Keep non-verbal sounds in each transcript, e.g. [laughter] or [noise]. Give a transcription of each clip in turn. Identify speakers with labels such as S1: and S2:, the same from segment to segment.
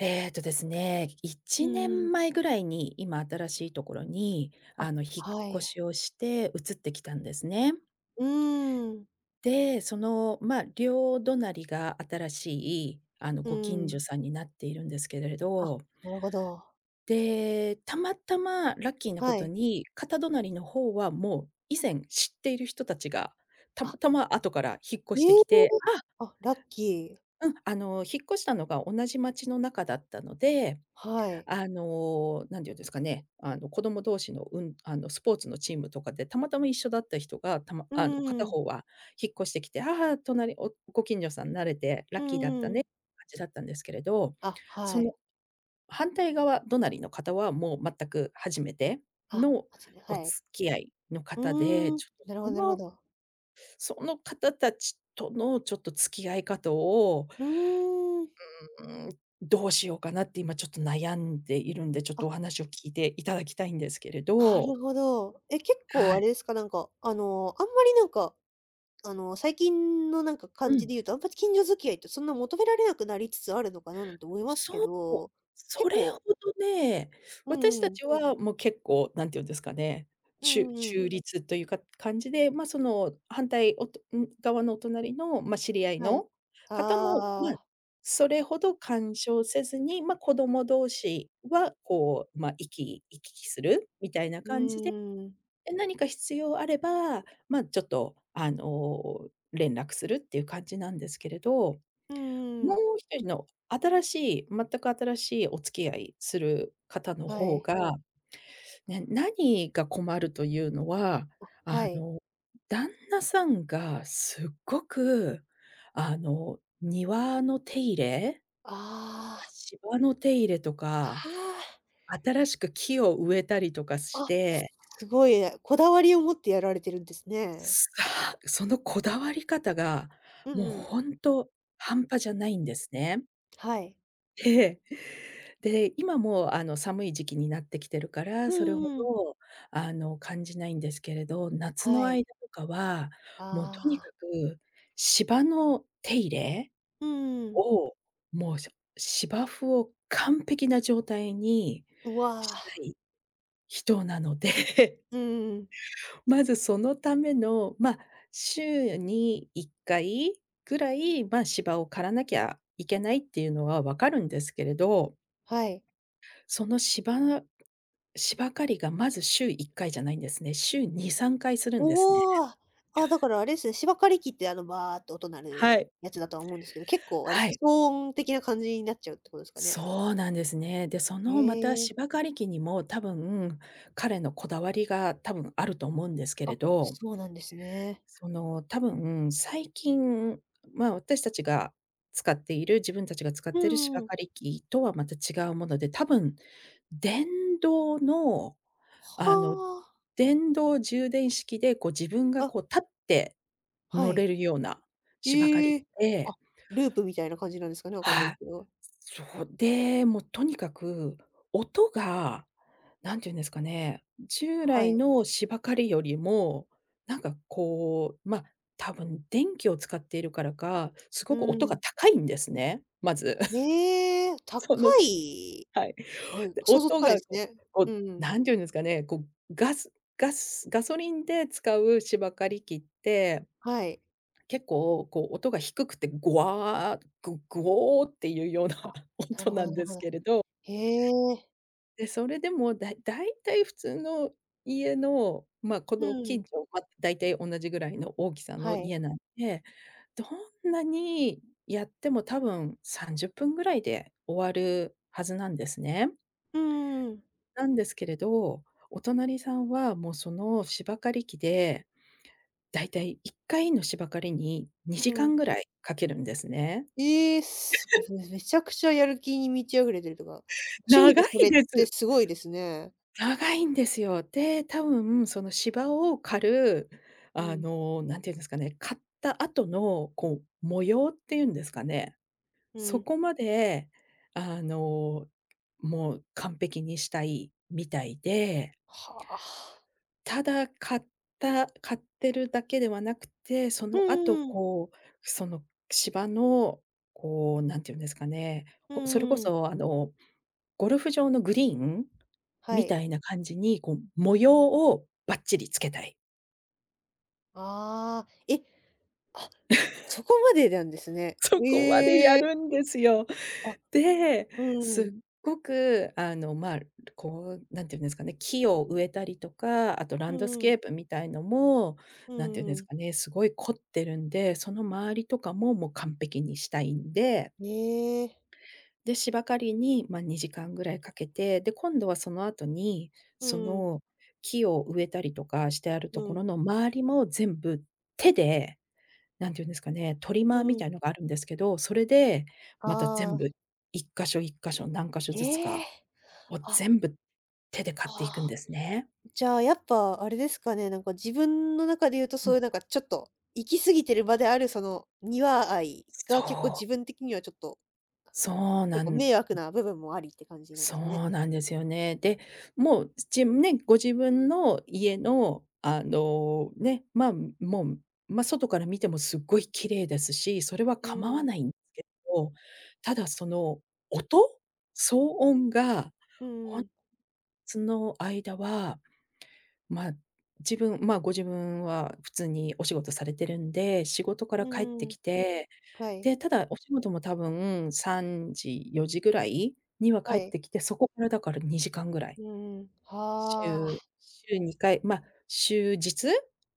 S1: えーとですね、
S2: う
S1: 1
S2: んうん。
S1: 年前ぐらいに、今新しいところに、
S2: あ、
S1: 引
S2: は
S1: っ越
S2: い。
S1: しをして移ってきたんですね。
S2: うーん、
S1: で、まあ、両隣が新しい、
S2: う
S1: ご近
S2: ー
S1: 所
S2: ん。
S1: さんになっているんですけれ
S2: あ、
S1: ど、
S2: なるほど。
S1: で、たまたまラッキーなこ
S2: は
S1: と
S2: い。
S1: に、片隣の方はもう以前知っている人たちが、た
S2: あ、
S1: またま後から引っ
S2: え
S1: 越して
S2: え！
S1: きて、
S2: あ、ラッキー。
S1: 引っ越したのが同じ町の中だったので、
S2: はい。
S1: なんて言うんですかね、子供同士の、スポーツのチームとかでたまたま一緒だった人が、たま
S2: う
S1: あの、
S2: ん
S1: 片
S2: うん。
S1: 方は引っ越してきて、ご近所さん慣れてラ
S2: う
S1: ッキーだっ
S2: ん
S1: た
S2: うん。
S1: ね、感じだったんですけれど、
S2: あ、は
S1: そ
S2: い。
S1: の反対側隣の方はもう全く初めて
S2: あ、
S1: の
S2: 8年、
S1: お
S2: はい。
S1: 付き合いの
S2: う
S1: 方で、
S2: ーん。
S1: ちょっと
S2: なるほ
S1: そ
S2: どなるほ
S1: の
S2: ど。
S1: その方たちとのちょっと付き合い方を、
S2: うーん。
S1: うーどうしようかなって今ちょっと悩んでいるんで、ちょっと
S2: あ、
S1: お話を聞いていただきたいんですけれ
S2: な
S1: ど。
S2: るほど。結構
S1: は
S2: あ
S1: い。
S2: れですか？あんまり最近の
S1: う
S2: 感じ
S1: ん。
S2: で言うと、あんまり近所付き合いってそんな求められなくなりつつあるのかななんて思いますけ
S1: そう、
S2: ど、
S1: そ
S2: 結
S1: れほ
S2: 構
S1: どね、
S2: うん
S1: 私
S2: う
S1: た
S2: ん。
S1: ちはもう結構、なんて言うんですかね、
S2: う
S1: ち
S2: ん
S1: ゅ
S2: うんうん。
S1: 中立というか感じで、ま、その反対おとん側のお隣の、ま、知り合い
S2: はい。
S1: の方も、ま、
S2: ああ、
S1: それほど干渉せずに、ま、子供同士はこう、ま、行き来するみたいな
S2: う
S1: 感じで
S2: ーん。
S1: で、何か必要あれば、まあ、ちょっと、連絡するっていう感じなんですけれど、
S2: うん
S1: もう
S2: ん。
S1: 一人の新しい全く新しいお付き合いする方の
S2: は
S1: 方
S2: い。
S1: が、ね、何が困るというのは、あ
S2: はい。
S1: の、旦那さんがすっごく、庭の手入れと
S2: あ
S1: か
S2: あ、
S1: 芝の手入れと
S2: あ
S1: か、
S2: あ。
S1: 新しく木を植えたりとかし
S2: あ、
S1: て
S2: すごいね、こだわりを持ってやられてるんですね。
S1: さ。 [laughs] そのこだわり方が、
S2: う
S1: も
S2: ん
S1: う
S2: うん。
S1: ほんと半端じゃないんですね。
S2: はい。
S1: ええ。で、今もう、寒い時期になってきてるから、
S2: う
S1: それほ
S2: んうん。
S1: ど、感じないんですけれど、夏
S2: は
S1: の
S2: い。
S1: 間とかは、もうとに
S2: あ
S1: か
S2: あ。
S1: く芝の手入れ
S2: うんうん。
S1: を、もう、芝生を完璧な状態に
S2: うわ。
S1: したい人なので、
S2: うんうん。
S1: まずそのための、まあ、週に1回ぐらい、まあ、芝を刈らなきゃいけないっていうのはわかるんですけれど、
S2: はい。
S1: その芝刈りがまず週1回じゃないんですね。週2、3回するんですね。
S2: おお。あ、だからあれですね。芝刈り機ってバーって音鳴
S1: は
S2: る
S1: い。
S2: やつだとは思うんですけど、結構あれです
S1: は
S2: か、
S1: い。
S2: 騒音的な感じになっちゃうってことですかね？
S1: そうなんですね。で、そ
S2: へ
S1: のまた
S2: え。
S1: 芝刈り機にも多分、彼のこだわりが多分あると思うんですけ
S2: あ、
S1: れど、
S2: そうなんですね。
S1: その、多分、最近、まあ、私たちが使っている自分たちが使っ
S2: う
S1: ている
S2: ん
S1: 芝
S2: うん、
S1: 刈り機とはまた違うもので、多分、電動の、あの、
S2: は
S1: 電動充電式で、こう、自分が
S2: あ。あ、
S1: こう立って
S2: は
S1: 乗
S2: い。
S1: れるような芝刈り
S2: え
S1: 機
S2: え。あ、
S1: で、
S2: ループみたいな感じなんですかね、わかんない
S1: は
S2: で
S1: い。
S2: すけど。
S1: そう、で、もうとにかく音が、何て言うんですかね、従
S2: は
S1: 来
S2: い。
S1: の芝刈りよりも、なんかこう、まあ、多分電気を使っているからか、す
S2: う
S1: ごく音
S2: ー
S1: が
S2: ん。
S1: 高いんですね、まず。[laughs]
S2: へえ、高
S1: そのす
S2: い。
S1: はい。
S2: うん、
S1: で、
S2: 想像つ
S1: 音
S2: かない
S1: が
S2: です
S1: こう
S2: ね。
S1: こ
S2: う
S1: う、
S2: ん、
S1: 何て言うんですかね、こう、ガスガソリンで使う芝刈り機って、
S2: はい。
S1: 結構こう音が低くて、ゴワー、グゴーっていうような
S2: あ、
S1: [laughs]
S2: な
S1: 音
S2: るほ
S1: な
S2: ど
S1: ん
S2: なる
S1: で
S2: ほ
S1: す
S2: ど。
S1: けれど、
S2: へえ。
S1: で、それでも、大体普通の家の、まあ、こ
S2: う
S1: の近
S2: ん。
S1: 所、ま、大体同じぐらいの大きさ
S2: は
S1: の
S2: い。
S1: 家なんで、どんなにやっても多分30分ぐらいで終わるはずなんですね。
S2: うんうんうん。
S1: なんですけれど、お隣さんはもうその芝刈り機で、大体1回の芝刈りに
S2: う
S1: 2時
S2: ん。
S1: 間ぐらいかけるんですね。
S2: ええ、めちゃくちゃやる気に満ち溢れてるとか、趣味で
S1: 長
S2: そ
S1: い
S2: れっ
S1: で
S2: て
S1: す。
S2: すごいですね。
S1: 長いんですよ。で、多分その芝を刈る、
S2: うん、
S1: なんていうんですかね、刈った後のこう模様っていうんですかね、
S2: う
S1: そ
S2: ん。
S1: こまで、あの、もう完璧にしたいみたいで、
S2: はあ。
S1: ただ刈ってるだけではなくて、そ
S2: うん
S1: の
S2: う
S1: 後
S2: んうん。
S1: こう、その芝のこう、んて言うんですかね、
S2: うん
S1: それこ
S2: うんうん。
S1: そゴルフ場のグリーン
S2: は
S1: み
S2: い。
S1: たいな感じに、こう模様をバッチリつけたい。
S2: ああ、え、あ、そこまでなんですね。
S1: [laughs] そこまでや
S2: ええ、
S1: るんですよ。
S2: あ、
S1: で、
S2: う
S1: す
S2: ん、
S1: っごくまあ、こう、なんていうんですかね、木を植えたりとか、あとラ
S2: う
S1: ンドス
S2: んうん、
S1: ケープみたいのも、
S2: う
S1: なんていうん
S2: ん
S1: で
S2: う
S1: す
S2: ん。
S1: かね、すごい凝ってるんで、その周りとかも、もう完璧にしたいんで
S2: ええ、
S1: で、芝刈りに、まあ、2時間ぐらいかけて、で、今度はその後に、
S2: う
S1: そ
S2: ん
S1: の木を植えたりとかしてある
S2: う
S1: とこ
S2: ん、
S1: ろの周りも全部手で、なんて言うんですかね、トリ
S2: う
S1: マーみ
S2: ん。
S1: たいのがあるんですけど、それでまた全
S2: ああ、
S1: 部一箇所一箇所何箇所ずつ
S2: へ
S1: か
S2: え、
S1: を
S2: あ、
S1: 全部手で
S2: あ
S1: 刈ってい
S2: あ、
S1: くんですね。
S2: じゃあやっぱあれですかね。自分の中で言うと
S1: う
S2: そう
S1: ん。
S2: いうちょっと行き過ぎてる場であるその庭愛が
S1: そ
S2: 結構
S1: う、
S2: 自分的にはちょっと、あの、
S1: そうな
S2: 結構
S1: ん
S2: 迷惑な部分もありって感じなんで
S1: そ
S2: すかね？
S1: うなんですよね。で、もう、ご自分の家の、ね、まあ、もう、ま、外から見てもすっごい綺麗ですし、それは
S2: う
S1: 構わ
S2: ん、
S1: ないんですけど、ただその音、騒音が、
S2: う
S1: ほん
S2: ん、
S1: つの間は、ま、まあ、ご自分は普通にお仕事されてるんで、仕事から
S2: う
S1: 帰って
S2: ん、
S1: きて、
S2: はい、
S1: で、ただお仕事も多分3時、4時ぐらいには
S2: は
S1: 帰っ
S2: い。
S1: てきて、そこからだから2時間ぐらい、
S2: うんうん。はあ。
S1: 週2回、ま、週日、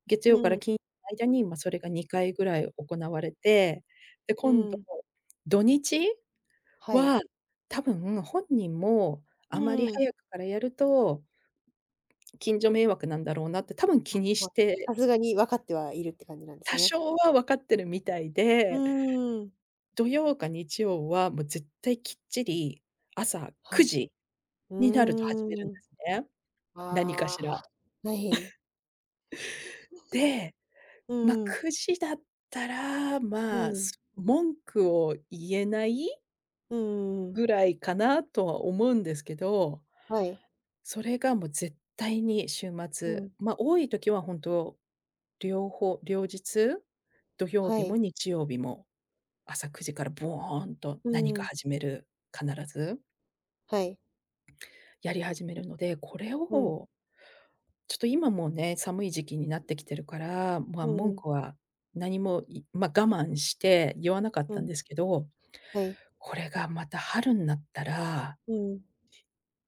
S1: 月
S2: う
S1: 曜から
S2: ん、
S1: 金曜の間に、ま、それが2回ぐらい行われて、で、
S2: う
S1: 今度
S2: ん。
S1: 土日
S2: はい。
S1: は多分本人も
S2: う
S1: あまり
S2: んうん。
S1: 早くからやると近所迷惑なんだろうなって多分気
S2: あ、
S1: にし
S2: ま、
S1: て、
S2: さすがに分かってはいるって感じなんです
S1: 多
S2: ね。
S1: 少は分かってるみたい
S2: う
S1: で、
S2: ーん。
S1: 土曜か日曜は、もう絶対きっちり朝
S2: は
S1: 9
S2: い。
S1: 時
S2: う
S1: になると始めるん
S2: ー
S1: で
S2: ん。
S1: すね、何か
S2: あ
S1: しら。
S2: あ、はい。
S1: で、
S2: う
S1: ま、
S2: んうん。
S1: 9時だったら、
S2: う
S1: まあ、
S2: ん。
S1: 文句を言えない
S2: うんうんうん。
S1: ぐらいかなとは思うんですけど、
S2: はい。
S1: それがもう絶対に週
S2: う
S1: 末、
S2: ん。
S1: ま、多い時は本当両日、土曜
S2: は
S1: 日も
S2: い。
S1: 日曜日も朝9時からボーンと
S2: う
S1: 何
S2: んう
S1: か
S2: ん。
S1: 始める、必ず
S2: はい。
S1: やり始めるので、これ
S2: うん。
S1: をちょっと今もうね、寒い時期になってきてるから、まあ、
S2: うんう
S1: 文
S2: ん。
S1: 句は何も、まあ、我慢して言わなかっ
S2: う
S1: たん
S2: ん。
S1: ですけど、
S2: はい。
S1: これがまた春になったら、
S2: うん。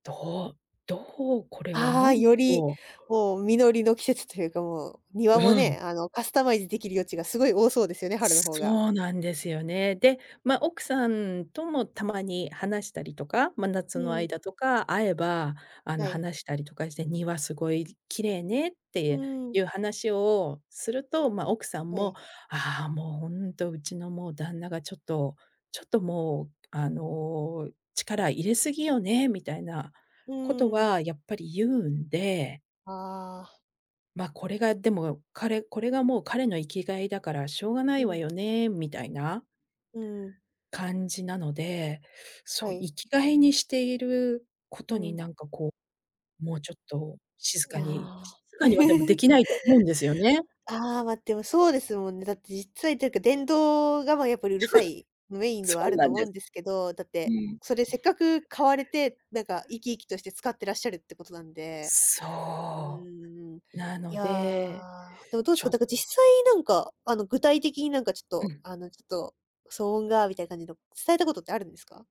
S1: どうどうこれは
S2: ああ、
S1: 文句を。
S2: もう実りの季節というか、もう、庭
S1: う
S2: も
S1: ん。
S2: ね、カスタマイズできる余地がすごい多そうですよね、春の方が。
S1: そうなんですよね。で、まあ、奥さんともたまに話したりとか、まあ、夏
S2: う
S1: の
S2: ん、
S1: 間とか会えば、
S2: はい。
S1: 話したりとかして、「庭すごい綺麗ね」っ
S2: う
S1: て
S2: ん。
S1: いう話をすると、まあ、奥さん
S2: は
S1: も、
S2: い。
S1: 「ああ、もうほんと、うちのもう旦那がちょっとちょっともう、あの、力入れすぎよね」みたいな
S2: う
S1: こと
S2: ーん。
S1: はやっぱり言うんで、
S2: ああ。
S1: ま、これがでも、これがもう彼の生きがいだからしょうがな
S2: う
S1: いわ
S2: ん、
S1: よね、みたいな
S2: うん。
S1: 感じなので、そ
S2: は
S1: う、
S2: い。
S1: 生きがいにしているこ
S2: う
S1: とに
S2: ん。
S1: なんかこう、もうちょっと静
S2: い
S1: か
S2: や、
S1: に静かにはでもでき
S2: [laughs]
S1: ないと思うんですよね。[laughs]
S2: ああ、ま、でもそうですもんね。だって実際というか、電動が、ま、やっぱりうるさいメインで
S1: そ
S2: はあ
S1: う
S2: る
S1: な
S2: と
S1: ん
S2: 思う
S1: で
S2: ん
S1: す。
S2: ですけど、だっ
S1: う
S2: て、
S1: ん。
S2: それせっかく買われて、生き生きとして使ってらっしゃるってことなんで、う
S1: そ
S2: ーん、
S1: う。な
S2: い
S1: の
S2: や、
S1: で、
S2: でもどうです
S1: ちょ
S2: か？
S1: っ
S2: だから
S1: と、
S2: 実際具体的にちょっ
S1: う
S2: と、
S1: ん、
S2: ちょっと騒音がみたいな感じの伝えたことってあるんですか？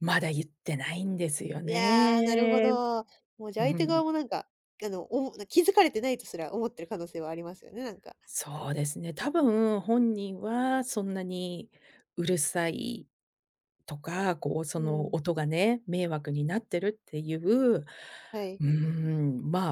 S1: まだ言ってないんですよ
S2: いやー、なるほ
S1: ね。
S2: ど。もうじ
S1: う
S2: ゃあ、相手
S1: ん。
S2: 側も気づかれてないとすら思ってる可能性はありますよね。
S1: そうですね。多分本人はそんなにうるさいとか、こう、そ
S2: う
S1: の
S2: ん、
S1: 音がね、迷惑になってるっていう、
S2: はい。
S1: ま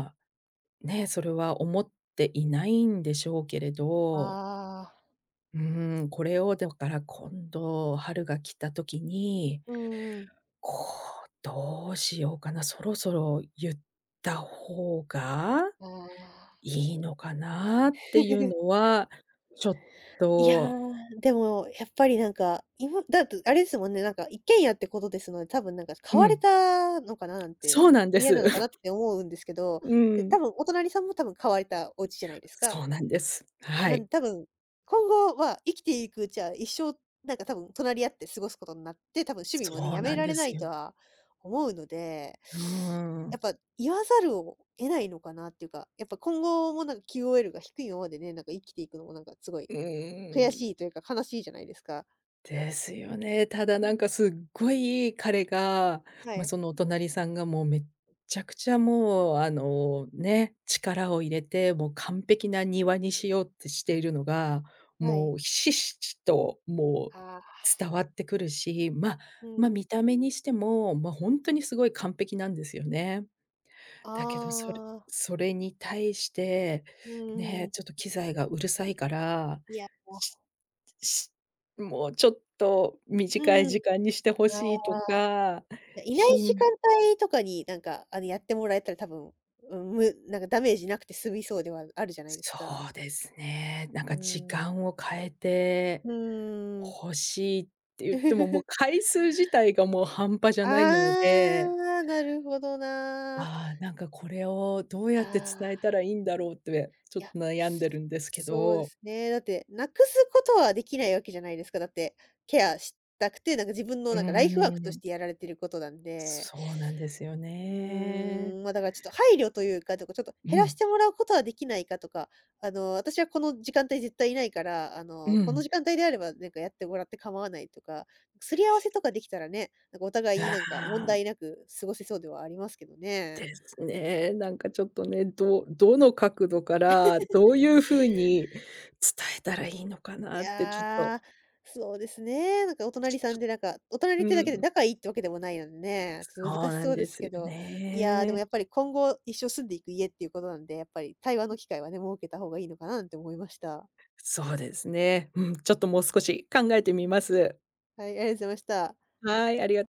S1: あ、ね、それは思っていないんでしょうけれど、
S2: ああ。
S1: これをだから今度春が来た時に、
S2: うんうん。
S1: こう、どうしようかな、そろそろ言った方が
S2: ああ。
S1: いいのかなっていうの
S2: [laughs]
S1: は、ちょっ
S2: いや
S1: と、
S2: ー、でも、やっぱり今だとあれですもんね。一軒家ってことですので、多分買
S1: う
S2: われ
S1: ん、
S2: たのかななん
S1: そ
S2: て、
S1: うなんで
S2: 嫌な
S1: す。
S2: のかなっ
S1: [laughs]
S2: て思うんですけど、
S1: う
S2: で、
S1: ん。
S2: 多分お隣さんも多分買われたお家じゃないですか。
S1: そうなんです。は
S2: なん
S1: い。
S2: で多分、今後は生きていくうちは一生、多分隣り合って過ごすことになって、多分趣味もね、
S1: そう
S2: やめ
S1: なん
S2: られ
S1: で
S2: な
S1: す
S2: いと
S1: よ。
S2: は思うので、
S1: うー
S2: やっ
S1: ん。
S2: ぱ言わざるを得ないのかなっていうか、やっぱ今後もQOL が低いままでね、生きていくのもすご
S1: う
S2: い
S1: ー
S2: 悔
S1: ん。
S2: しいというか悲しいじゃないですか。
S1: ですよね。ただ
S2: う
S1: な
S2: ん、
S1: んかすっごい彼が、
S2: は
S1: まあ、
S2: い、
S1: そのお隣さんがもうめっちゃくちゃもうね、力を入れて、もう完璧な庭にしようってしているのが、
S2: はい。
S1: もうひしひしともう
S2: ああ、
S1: 伝わってくるし、まあ
S2: う
S1: ま、
S2: ん。
S1: 見た目にしても、ま、本当にすごい完璧なんですよね。
S2: あ
S1: だけど、それ
S2: あ、
S1: それに対して、
S2: うんう
S1: ね、
S2: ん。
S1: ちょっと機材がうるさいから、
S2: いや、
S1: ししもうちょっと
S2: う
S1: 短
S2: ん
S1: い
S2: うん。あ
S1: 時間にしてほしいと
S2: あ。
S1: か、
S2: いや、いない
S1: ひ
S2: 時
S1: ん
S2: 間帯とかに、やってもらえたら多分、うん、むなんかダメージなくて済みそうではあるじゃないです
S1: そ
S2: か。
S1: うですね。なん
S2: う
S1: か時
S2: ーん。
S1: 間を変えて
S2: うーん。
S1: 欲しいって言っても、もう
S2: [laughs]
S1: 回数自体がもう半端じゃ
S2: あ
S1: ないので、
S2: あ、なるほどな。あ
S1: なんかこれをどうやって
S2: あ、
S1: 伝えたらいいんだろうって、ちょ
S2: い
S1: っ
S2: や、
S1: と悩んでるんですけ
S2: そうで
S1: ど。
S2: すね。だって、無くすことはできないわけじゃないですか。だって、ケアしたくて、自分の
S1: うー
S2: ライフワークとし
S1: ん。
S2: てやられてることなんで。
S1: そうなんですよ
S2: う
S1: ね。
S2: ーん、ま、だからちょっと配慮というか、とかちょっと
S1: う
S2: 減らし
S1: ん、
S2: てもらうことはできないかとか、私はこの時間帯絶対いないから、
S1: う
S2: この
S1: ん。
S2: 時間帯であればやってもらって構わないとか、すり合わせとかできたらね、お互いに
S1: あ
S2: 問
S1: あ、
S2: 題なく過ごせそうではありますけどね。
S1: ですね。なんかちょっとね、どの角度から、どういう風に伝えたらいいのか
S2: い
S1: なってちょっと、
S2: やー、そうですね。お隣
S1: ち
S2: さん
S1: ょちょ
S2: でお隣っ
S1: う
S2: てだけで
S1: ん。
S2: 仲いいってわけでもないのでね、ちょっと
S1: そ
S2: 難
S1: う
S2: し
S1: な
S2: そ
S1: ん
S2: うで
S1: で
S2: す
S1: す
S2: け
S1: よ
S2: ど、いやー、でも
S1: ね。
S2: やっぱり今後一生住んでいく家っていうことなんで、やっぱり対話の機会はね、設けた方がいいのかなって思いました。
S1: そうですね。うん、ちょっともう少し考えてみます。
S2: はい、ありがとうございました。
S1: はい、ありが